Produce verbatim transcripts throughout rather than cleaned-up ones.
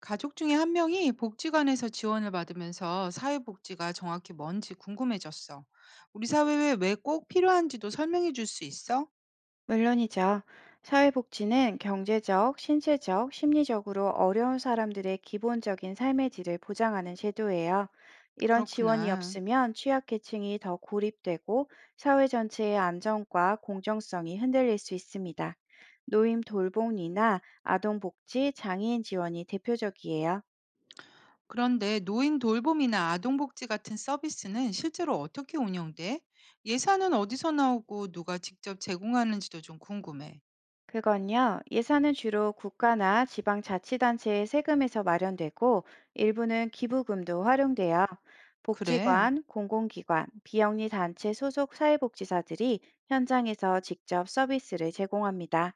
가족 중에 한 명이 복지관에서 지원을 받으면서 사회복지가 정확히 뭔지 궁금해졌어. 우리 사회에 왜 꼭 필요한지도 설명해 줄 수 있어? 물론이죠. 사회복지는 경제적, 신체적, 심리적으로 어려운 사람들의 기본적인 삶의 질을 보장하는 제도예요. 이런 지원이 그렇구나. 없으면 취약계층이 더 고립되고 사회 전체의 안정과 공정성이 흔들릴 수 있습니다. 노인 돌봄이나 아동복지, 장애인 지원이 대표적이에요. 그런데 노인 돌봄이나 아동복지 같은 서비스는 실제로 어떻게 운영돼? 예산은 어디서 나오고 누가 직접 제공하는지도 좀 궁금해. 그건요, 예산은 주로 국가나 지방자치단체의 세금에서 마련되고 일부는 기부금도 활용돼요. 그래. 복지관, 공공기관, 비영리 단체 소속 사회복지사들이 현장에서 직접 서비스를 제공합니다.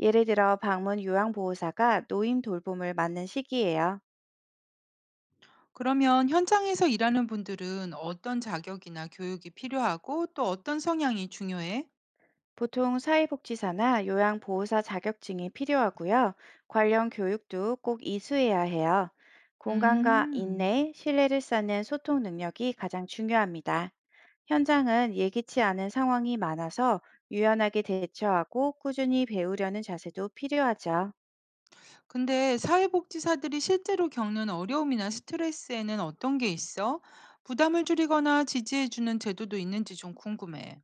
예를 들어 방문 요양보호사가 노인 돌봄을 맡는 시기예요. 그러면 현장에서 일하는 분들은 어떤 자격이나 교육이 필요하고 또 어떤 성향이 중요해? 보통 사회복지사나 요양보호사 자격증이 필요하고요. 관련 교육도 꼭 이수해야 해요. 공감과 음. 인내, 신뢰를 쌓는 소통 능력이 가장 중요합니다. 현장은 예기치 않은 상황이 많아서 유연하게 대처하고 꾸준히 배우려는 자세도 필요하죠. 근데 사회복지사들이 실제로 겪는 어려움이나 스트레스에는 어떤 게 있어? 부담을 줄이거나 지지해주는 제도도 있는지 좀 궁금해.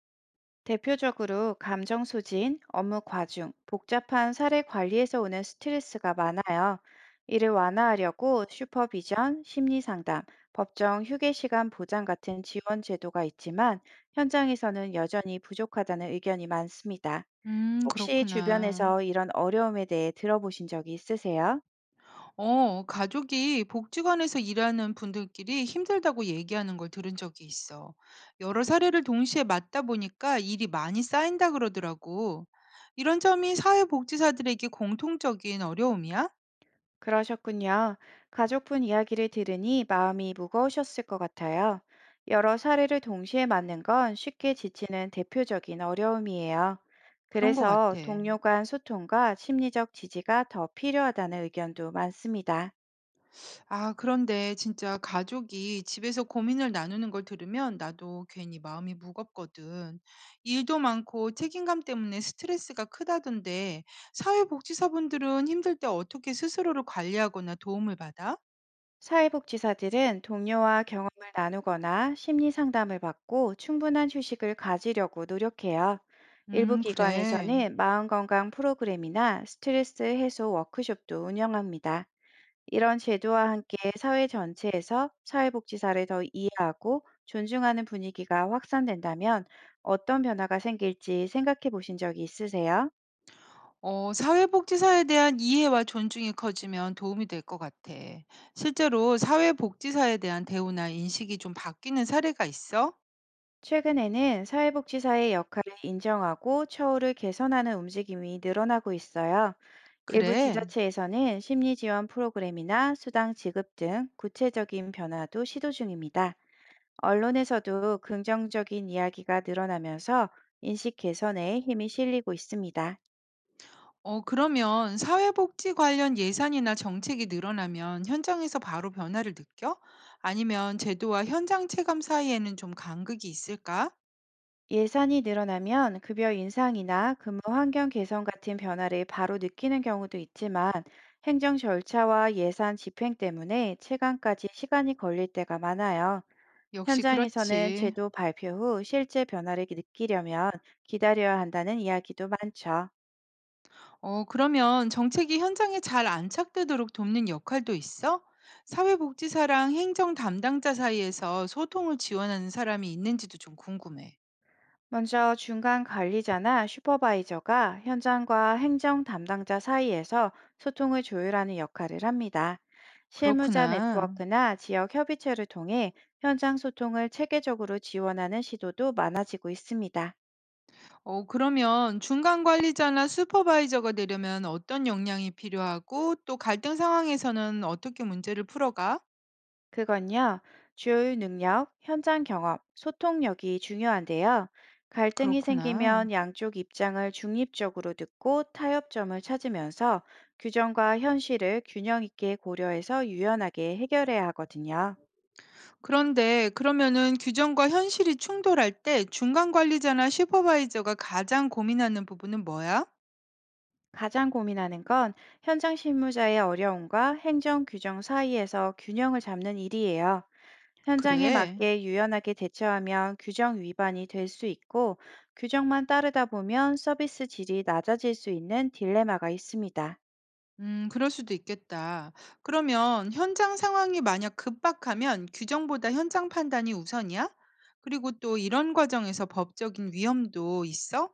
대표적으로 감정 소진, 업무 과중, 복잡한 사례 관리에서 오는 스트레스가 많아요. 이를 완화하려고 슈퍼비전, 심리 상담, 법정 휴게 시간 보장 같은 지원 제도가 있지만 현장에서는 여전히 부족하다는 의견이 많습니다. 음, 혹시 그렇구나. 주변에서 이런 어려움에 대해 들어보신 적이 있으세요? 어, 가족이 복지관에서 일하는 분들끼리 힘들다고 얘기하는 걸 들은 적이 있어. 여러 사례를 동시에 맞다 보니까 일이 많이 쌓인다 그러더라고. 이런 점이 사회복지사들에게 공통적인 어려움이야? 그러셨군요. 가족분 이야기를 들으니 마음이 무거우셨을 것 같아요. 여러 사례를 동시에 맞는 건 쉽게 지치는 대표적인 어려움이에요. 그런 것 그래서 같아. 동료 간 소통과 심리적 지지가 더 필요하다는 의견도 많습니다. 아, 그런데 진짜 가족이 집에서 고민을 나누는 걸 들으면 나도 괜히 마음이 무겁거든. 일도 많고 책임감 때문에 스트레스가 크다던데, 사회복지사분들은 힘들 때 어떻게 스스로를 관리하거나 도움을 받아? 사회복지사들은 동료와 경험을 나누거나 심리 상담을 받고 충분한 휴식을 가지려고 노력해요. 일부 음, 그래. 기관에서는 마음건강 프로그램이나 스트레스 해소 워크숍도 운영합니다. 이런 제도와 함께 사회 전체에서 사회복지사를 더 이해하고 존중하는 분위기가 확산된다면 어떤 변화가 생길지 생각해 보신 적이 있으세요? 어, 사회복지사에 대한 이해와 존중이 커지면 도움이 될 것 같아. 실제로 사회복지사에 대한 대우나 인식이 좀 바뀌는 사례가 있어? 최근에는 사회복지사의 역할을 인정하고 처우를 개선하는 움직임이 늘어나고 있어요. 일부 그래. 지자체에서는 심리 지원 프로그램이나 수당 지급 등 구체적인 변화도 시도 중입니다. 언론에서도 긍정적인 이야기가 늘어나면서 인식 개선에 힘이 실리고 있습니다. 어, 그러면 사회복지 관련 예산이나 정책이 늘어나면 현장에서 바로 변화를 느껴? 아니면 제도와 현장 체감 사이에는 좀 간극이 있을까? 예산이 늘어나면 급여 인상이나 근무 환경 개선 같은 변화를 바로 느끼는 경우도 있지만 행정 절차와 예산 집행 때문에 체감까지 시간이 걸릴 때가 많아요. 역시 현장에서는 그렇지. 제도 발표 후 실제 변화를 느끼려면 기다려야 한다는 이야기도 많죠. 어, 그러면 정책이 현장에 잘 안착되도록 돕는 역할도 있어? 사회복지사랑 행정 담당자 사이에서 소통을 지원하는 사람이 있는지도 좀 궁금해. 먼저 중간 관리자나 슈퍼바이저가 현장과 행정 담당자 사이에서 소통을 조율하는 역할을 합니다. 실무자 그렇구나. 네트워크나 지역 협의체를 통해 현장 소통을 체계적으로 지원하는 시도도 많아지고 있습니다. 어 그러면 중간 관리자나 슈퍼바이저가 되려면 어떤 역량이 필요하고 또 갈등 상황에서는 어떻게 문제를 풀어가? 그건요, 주요 능력, 현장 경험, 소통력이 중요한데요. 갈등이 그렇구나. 생기면 양쪽 입장을 중립적으로 듣고 타협점을 찾으면서 규정과 현실을 균형 있게 고려해서 유연하게 해결해야 하거든요. 그런데 그러면은 규정과 현실이 충돌할 때 중간 관리자나 슈퍼바이저가 가장 고민하는 부분은 뭐야? 가장 고민하는 건 현장 실무자의 어려움과 행정 규정 사이에서 균형을 잡는 일이에요. 현장에 그래. 맞게 유연하게 대처하면 규정 위반이 될 수 있고 규정만 따르다 보면 서비스 질이 낮아질 수 있는 딜레마가 있습니다. 음, 그럴 수도 있겠다. 그러면 현장 상황이 만약 급박하면 규정보다 현장 판단이 우선이야? 그리고 또 이런 과정에서 법적인 위험도 있어?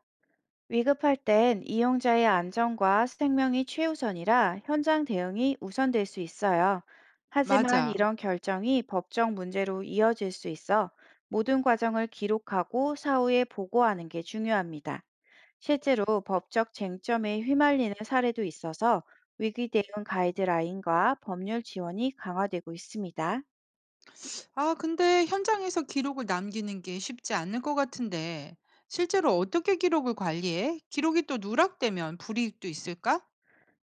위급할 땐 이용자의 안전과 생명이 최우선이라 현장 대응이 우선될 수 있어요. 하지만 맞아. 이런 결정이 법적 문제로 이어질 수 있어 모든 과정을 기록하고 사후에 보고하는 게 중요합니다. 실제로 법적 쟁점에 휘말리는 사례도 있어서 위기 대응 가이드라인과 법률 지원이 강화되고 있습니다. 아 근데 현장에서 기록을 남기는 게 쉽지 않을 것 같은데 실제로 어떻게 기록을 관리해? 기록이 또 누락되면 불이익도 있을까?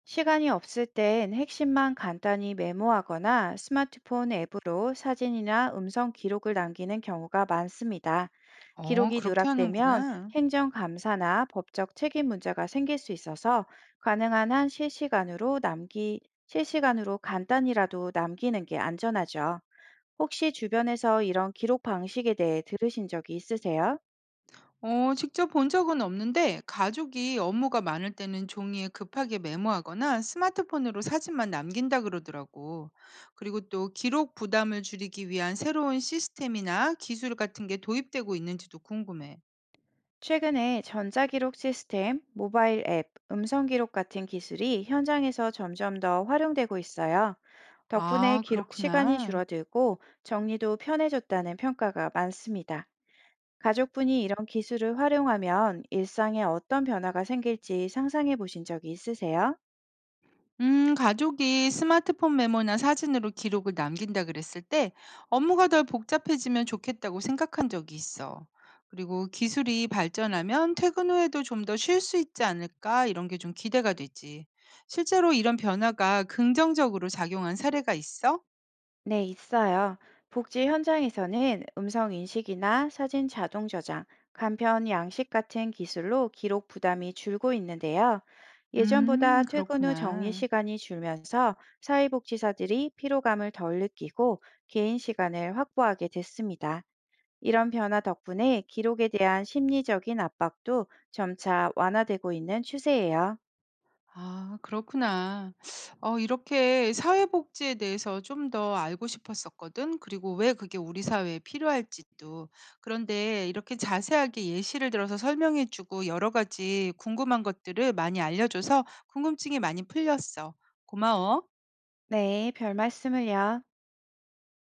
시간이 없을 땐 핵심만 간단히 메모하거나 스마트폰 앱으로 사진이나 음성 기록을 남기는 경우가 많습니다. 어, 기록이 그렇게 누락되면 하는구나. 행정감사나 법적 책임 문제가 생길 수 있어서 가능한 한 실시간으로 남기, 실시간으로 간단히라도 남기는 게 안전하죠. 혹시 주변에서 이런 기록 방식에 대해 들으신 적이 있으세요? 어, 직접 본 적은 없는데 가족이 업무가 많을 때는 종이에 급하게 메모하거나 스마트폰으로 사진만 남긴다 그러더라고. 그리고 또 기록 부담을 줄이기 위한 새로운 시스템이나 기술 같은 게 도입되고 있는지도 궁금해. 최근에 전자기록 시스템, 모바일 앱, 음성기록 같은 기술이 현장에서 점점 더 활용되고 있어요. 덕분에 아, 기록 시간이 그렇구나. 줄어들고 정리도 편해졌다는 평가가 많습니다. 가족분이 이런 기술을 활용하면 일상에 어떤 변화가 생길지 상상해 보신 적이 있으세요? 음, 가족이 스마트폰 메모나 사진으로 기록을 남긴다 그랬을 때 업무가 덜 복잡해지면 좋겠다고 생각한 적이 있어. 그리고 기술이 발전하면 퇴근 후에도 좀 더 쉴 수 있지 않을까 이런 게 좀 기대가 되지. 실제로 이런 변화가 긍정적으로 작용한 사례가 있어? 네, 있어요. 복지 현장에서는 음성 인식이나 사진 자동 저장, 간편 양식 같은 기술로 기록 부담이 줄고 있는데요. 음, 예전보다 퇴근 후 정리 그렇구나. 시간이 줄면서 사회복지사들이 피로감을 덜 느끼고 개인 시간을 확보하게 됐습니다. 이런 변화 덕분에 기록에 대한 심리적인 압박도 점차 완화되고 있는 추세예요. 아, 그렇구나. 어 이렇게 사회복지에 대해서 좀 더 알고 싶었었거든. 그리고 왜 그게 우리 사회에 필요할지도. 그런데 이렇게 자세하게 예시를 들어서 설명해 주고 여러 가지 궁금한 것들을 많이 알려줘서 궁금증이 많이 풀렸어. 고마워. 네, 별 말씀을요.